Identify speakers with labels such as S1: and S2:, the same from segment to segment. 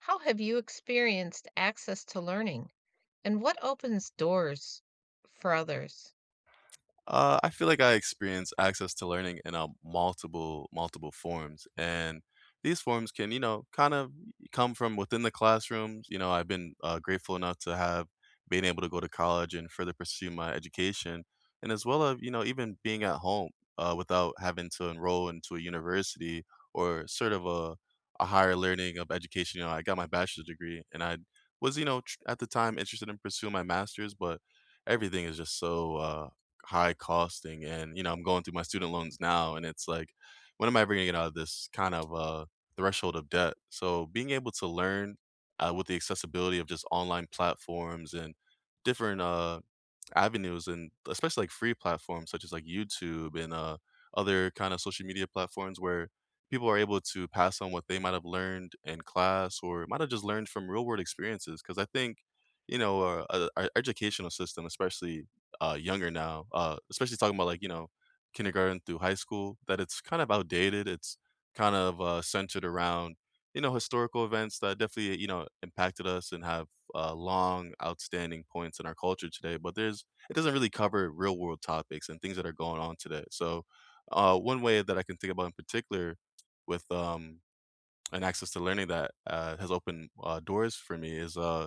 S1: How have you experienced access to learning and what opens doors for others?
S2: I feel like I experience access to learning in a multiple forms, and these forms can, you know, kind of come from within the classrooms. You know, I've been grateful enough to have been able to go to college and further pursue my education, and as well as you know, even being at home without having to enroll into a university or sort of a higher learning of education. You know, I got my bachelor's degree, and I was, you know, at the time interested in pursuing my master's, but everything is just so. High costing and, you know, I'm going through my student loans now and it's like, when am I ever gonna get out of this kind of threshold of debt? So being able to learn with the accessibility of just online platforms and different avenues and especially like free platforms such as like YouTube and other kind of social media platforms where people are able to pass on what they might have learned in class or might have just learned from real world experiences. Because I think, our educational system, especially younger now, especially talking about like, you know, kindergarten through high school, that it's kind of outdated. It's kind of centered around, you know, historical events that definitely, you know, impacted us and have long outstanding points in our culture today. But there's it doesn't really cover real world topics and things that are going on today. So, one way that I can think about in particular with an access to learning that has opened doors for me is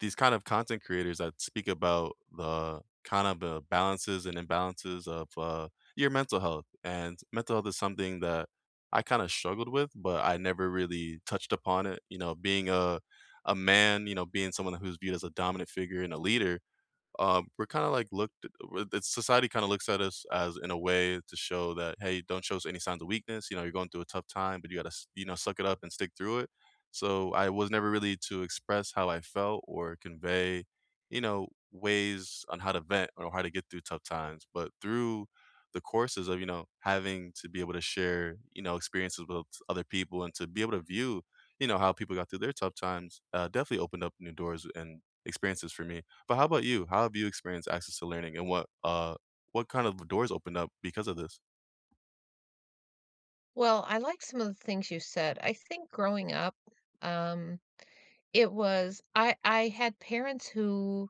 S2: these kind of content creators that speak about the kind of the balances and imbalances of your mental health. And mental health is something that I kind of struggled with, but I never really touched upon it. You know, being a man, you know, being someone who's viewed as a dominant figure and a leader, we're kind of like it's society kind of looks at us as in a way to show that hey, don't show us any signs of weakness. You know, you're going through a tough time, but you gotta you know, suck it up and stick through it. So I was never really to express how I felt or convey, you know, ways on how to vent or how to get through tough times, but through the courses of, you know, having to be able to share, you know, experiences with other people and to be able to view, you know, how people got through their tough times definitely opened up new doors and experiences for me. But how about you? How have you experienced access to learning, and what kind of doors opened up because of this?
S1: Well, I like some of the things you said. I think growing up, um, it was I had parents who,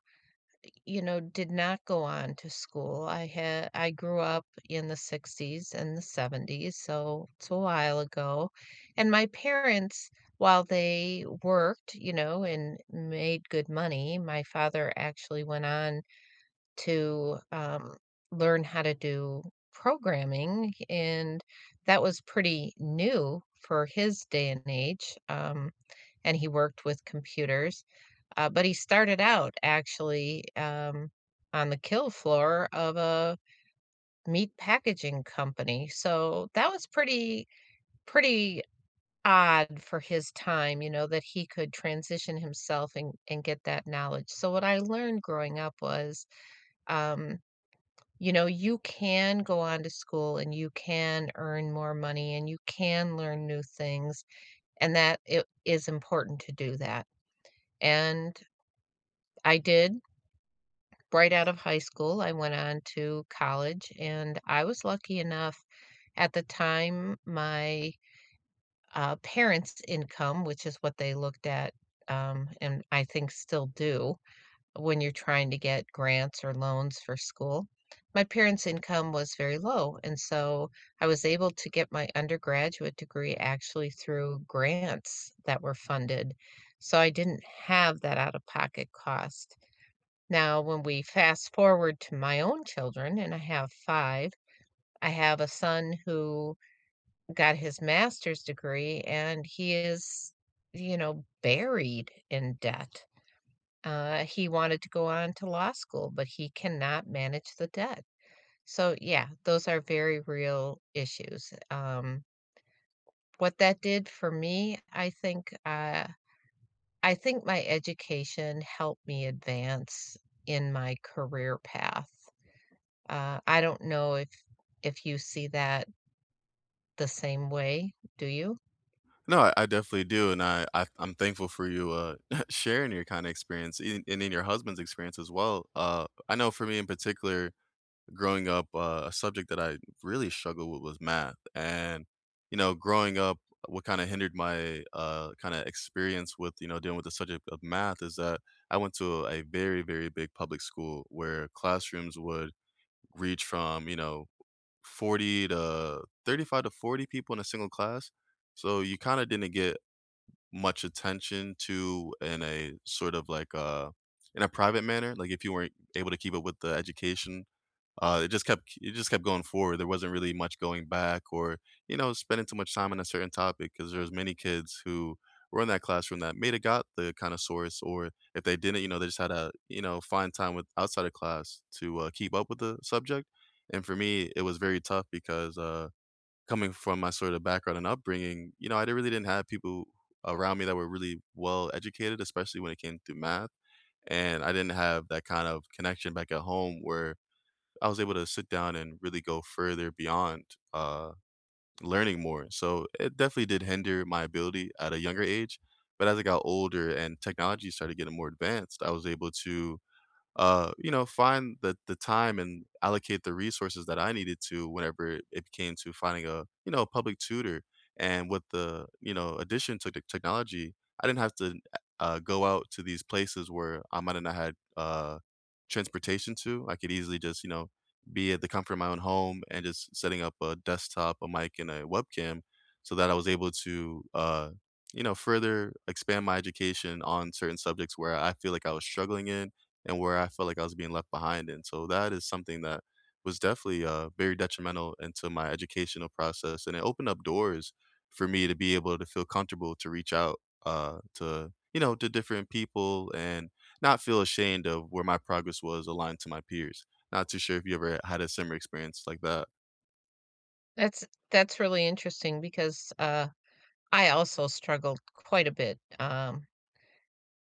S1: you know, did not go on to school. I grew up in the 60s and the 70s, so it's a while ago. And my parents, while they worked, you know, and made good money, my father actually went on to learn how to do programming, and that was pretty new for his day and age. And he worked with computers, but he started out actually on the kill floor of a meat packaging company. So that was pretty odd for his time, you know, that he could transition himself and get that knowledge. So what I learned growing up was um, you know, you can go on to school and you can earn more money and you can learn new things, and that it is important to do that. And I did right out of high school. I went on to college, and I was lucky enough at the time, my parents' income, which is what they looked at, and I think still do, when you're trying to get grants or loans for school. My parents' income was very low, and so I was able to get my undergraduate degree actually through grants that were funded. So I didn't have that out of pocket cost. Now, when we fast forward to my own children, and I have five, I have a son who got his master's degree and he is, you know, buried in debt. He wanted to go on to law school, but he cannot manage the debt. So, yeah, those are very real issues. What that did for me, I think my education helped me advance in my career path. I don't know if you see that the same way, do you?
S2: No, I definitely do, and I'm thankful for you sharing your kind of experience in, and in your husband's experience as well. I know for me in particular, growing up, a subject that I really struggled with was math, and you know, growing up, what kind of hindered my kind of experience with, you know, dealing with the subject of math is that I went to a very big public school where classrooms would reach from, you know, 40 to 35 to 40 people in a single class. So you kind of didn't get much attention to in a sort of like in a private manner. Like if you weren't able to keep up with the education, it just kept going forward. There wasn't really much going back or, you know, spending too much time on a certain topic because there was many kids who were in that classroom that may have got the kind of source, or if they didn't, you know, they just had to, you know, find time with outside of class to keep up with the subject. And for me, it was very tough because coming from my sort of background and upbringing, you know, I really didn't have people around me that were really well educated, especially when it came to math. And I didn't have that kind of connection back at home where I was able to sit down and really go further beyond uh, learning more. So it definitely did hinder my ability at a younger age. But as I got older and technology started getting more advanced, I was able to you know, find the time and allocate the resources that I needed to whenever it came to finding a, you know, a public tutor. And with the, you know, addition to the technology, I didn't have to go out to these places where I might have not had transportation to. I could easily just, you know, be at the comfort of my own home and just setting up a desktop, a mic, and a webcam so that I was able to, you know, further expand my education on certain subjects where I feel like I was struggling in and where I felt like I was being left behind. And so that is something that was definitely very detrimental into my educational process, and it opened up doors for me to be able to feel comfortable to reach out to, you know, to different people and not feel ashamed of where my progress was aligned to my peers. Not too sure if you ever had a similar experience like that.
S1: That's really interesting because I also struggled quite a bit.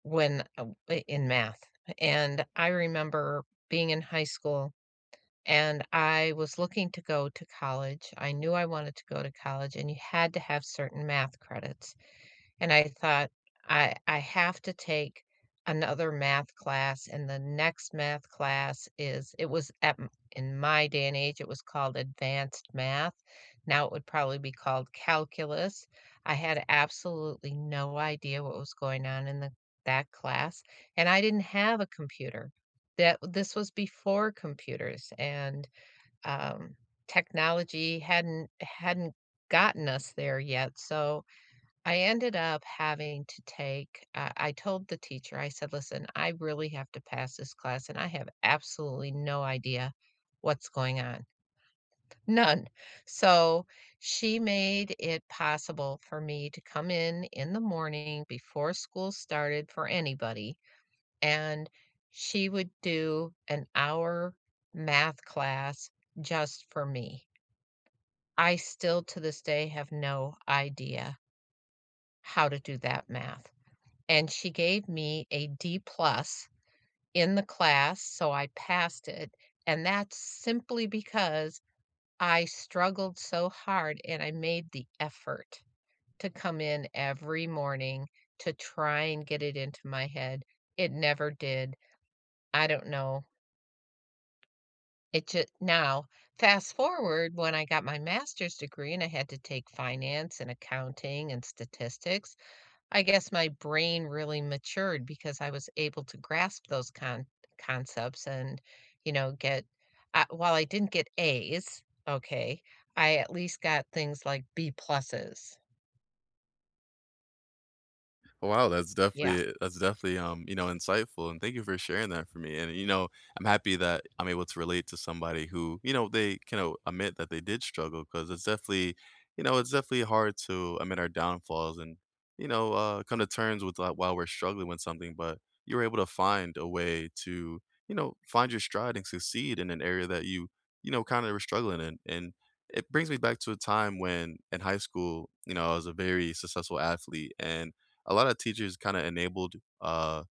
S1: When In math. And I remember being in high school and I was looking to go to college. I knew I wanted to go to college, and you had to have certain math credits. And I thought, I have to take another math class, and the next math class is it was at m in my day and age, it was called advanced math. Now it would probably be called calculus. I had absolutely no idea what was going on in the that class, and I didn't have a computer. That this was before computers, and, um, technology hadn't gotten us there yet, so I ended up having to take I told the teacher, I said, "Listen, I really have to pass this class, and I have absolutely no idea what's going on. None." So, she made it possible for me to come in the morning before school started for anybody, and she would do an hour math class just for me. I still, to this day, have no idea how to do that math, and she gave me a D plus in the class, so I passed it. And that's simply because I struggled so hard and I made the effort to come in every morning to try and get it into my head. It never did. I don't know. It just now, fast forward when I got my master's degree and I had to take finance and accounting and statistics, I guess my brain really matured because I was able to grasp those concepts and, you know, get while I didn't get A's, okay, I at least got things like B pluses.
S2: Oh, wow, that's
S1: Yeah,
S2: definitely that's definitely, um, you know, insightful, and thank you for sharing that for me, and, you know, I'm happy that I'm able to relate to somebody who, you know, they can o admit that they did struggle because it's definitely, you know, it's definitely hard to admit our downfalls and, you know, come to terms with, like, while we're struggling with something, but you were able to find a way to, you know, find your stride and succeed in an area that you know, kinda were struggling in, and it brings me back to a time when in high school, you know, I was a very successful athlete and a lot of teachers kind of enabled uh,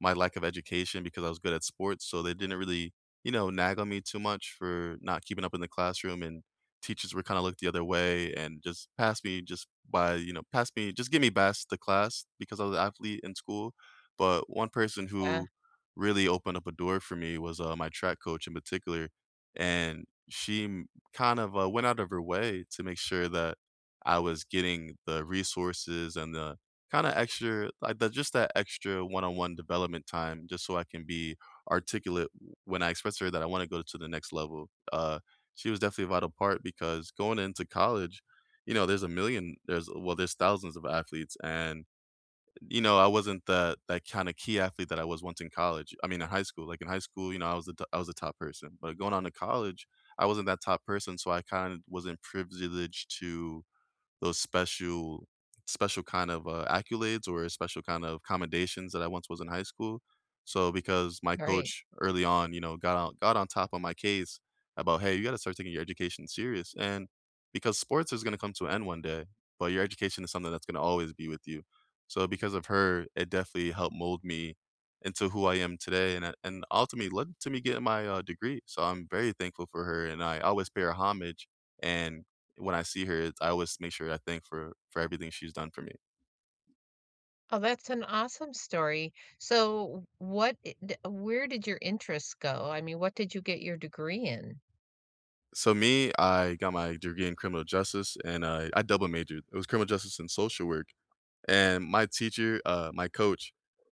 S2: my lack of education because I was good at sports, so they didn't really, you know, nag on me too much for not keeping up in the classroom, and teachers were kind of looked the other way and just passed me just by, you know, passed me, just give me best the class because I was an athlete in school. But one person
S1: uh,
S2: who really opened up a door for me was my track coach in particular, and she m- kind of went out of her way to make sure that I was getting the resources and the kinda extra, like, that just that extra one-on-one development time just so I can be articulate w when I express to her that I wanna go to the next level. She was definitely a vital part because going into college, you know, there's a million there's well, there's thousands of athletes, and, you know, I wasn't the that kinda key athlete that I was once in college, I mean, in high school. Like, in high school, you know, I was the top person, but going on to college, I wasn't that top person, so I kind of wasn't privileged to those special kind of, accolades or special kind of commendations that I once was in high school. So, because my
S1: right.
S2: coach early on, you know, got on top of my case about, "Hey, you gotta start taking your education serious," and because sports is gonna come to an end one day, but your education is something that's gonna always be with you. So, because of her, it definitely helped mold me into who I am today, and a and ultimately led to me getting my, degree. So, I'm very thankful for her, and I always pay her homage and when I see her, it's I always make sure I thank for everything she's done for me.
S1: Oh, that's an awesome story. So, what, where did your interests go? I mean, what did you get your degree in?
S2: So me, I got my degree in criminal justice and I double majored. It was criminal justice and social work. And my teacher, my coach,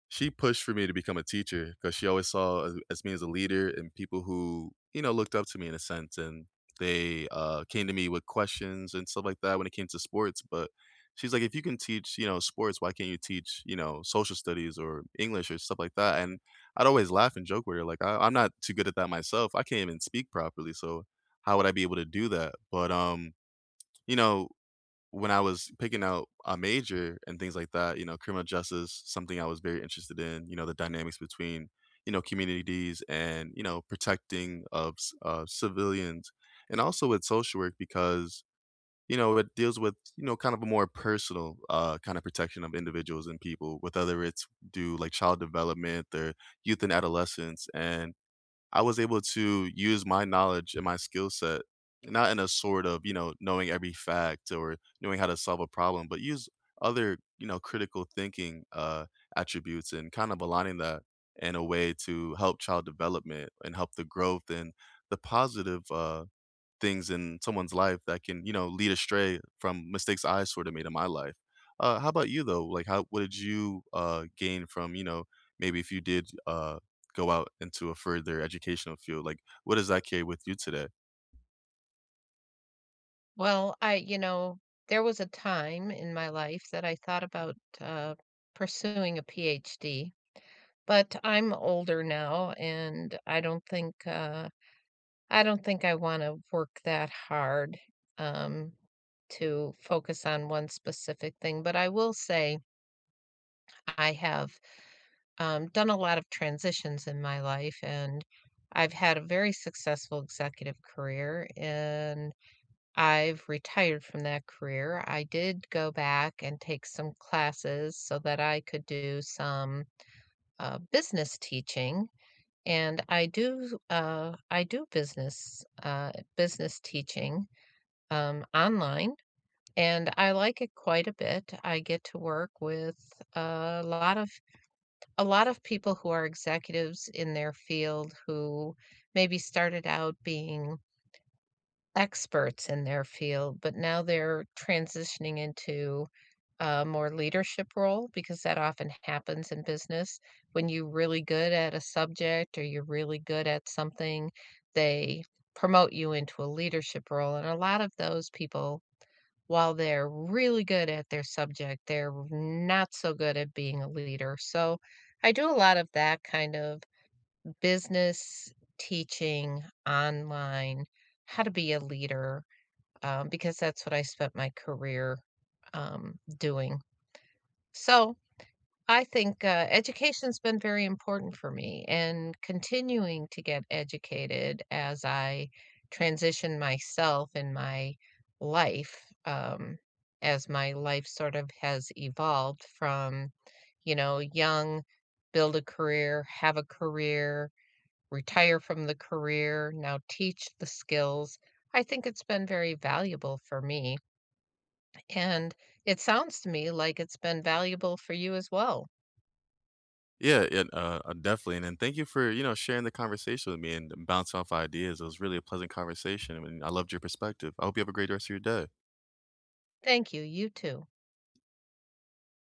S2: she pushed for me to become a teacher because she always saw as me as a leader and people who, you know, looked up to me in a sense. And they came to me with questions and stuff like that when it came to sports. But she's like, if you can teach, you know, sports, why can't you teach, you know, social studies or English or stuff like that? And I'd always laugh and joke with her, like, I'm not too good at that myself. I can't even speak properly. So how would I be able to do that? But, you know, when I was picking out a major and things like that, you know, criminal justice, something I was very interested in, you know, the dynamics between, you know, communities and, you know, protecting of civilians and also with social work because, you know, it deals with, you know, kind of a more personal kind of protection of individuals and people, whether it's do like child development or youth and adolescence. And I was able to use my knowledge and my skill set, not in a sort of, you know, knowing every fact or knowing how to solve a problem, but use other, you know, critical thinking attributes and kind of aligning that in a way to help child development and help the growth and the positive things in someone's life that can, you know, lead astray from mistakes I sort of made in my life. How about you though? Like, how what did you gain from, you know, maybe if you did go out into a further educational field? Like, what does that carry with you today?
S1: Well, I, you know, there was a time in my life that I thought about uh, pursuing a PhD. But I'm older now, and I don't think, I don't think I wanna work that hard, um, to focus on one specific thing, but I will say I have, done a lot of transitions in my life, and I've had a very successful executive career, and I've retired from that career. I did go back and take some classes so that I could do some, business teaching. And I do business teaching online, and I like it quite a bit. I get to work with a lot of a lot of people who are executives in their field who maybe started out being experts in their field, but now they're transitioning into a more leadership role because that often happens in business. When you're really good at a subject or you're really good at something, they promote you into a leadership role. And a lot of those people, while they're really good at their subject, they're not so good at being a leader. So I do a lot of that kind of business teaching online, how to be a leader, because that's what I spent my career doing. So I think, education's been very important for me and continuing to get educated as I transition myself in my life, um, as my life sort of has evolved from, you know, young, build a career, have a career, retire from the career, now teach the skills. I think it's been very valuable for me, and it sounds to me like it's been valuable for you as well.
S2: Yeah, and, definitely. And thank you for, you know, sharing the conversation with me and bouncing off ideas. It was really a pleasant conversation. I mean, I loved your perspective. I hope you have a great rest of your day.
S1: Thank you. You too.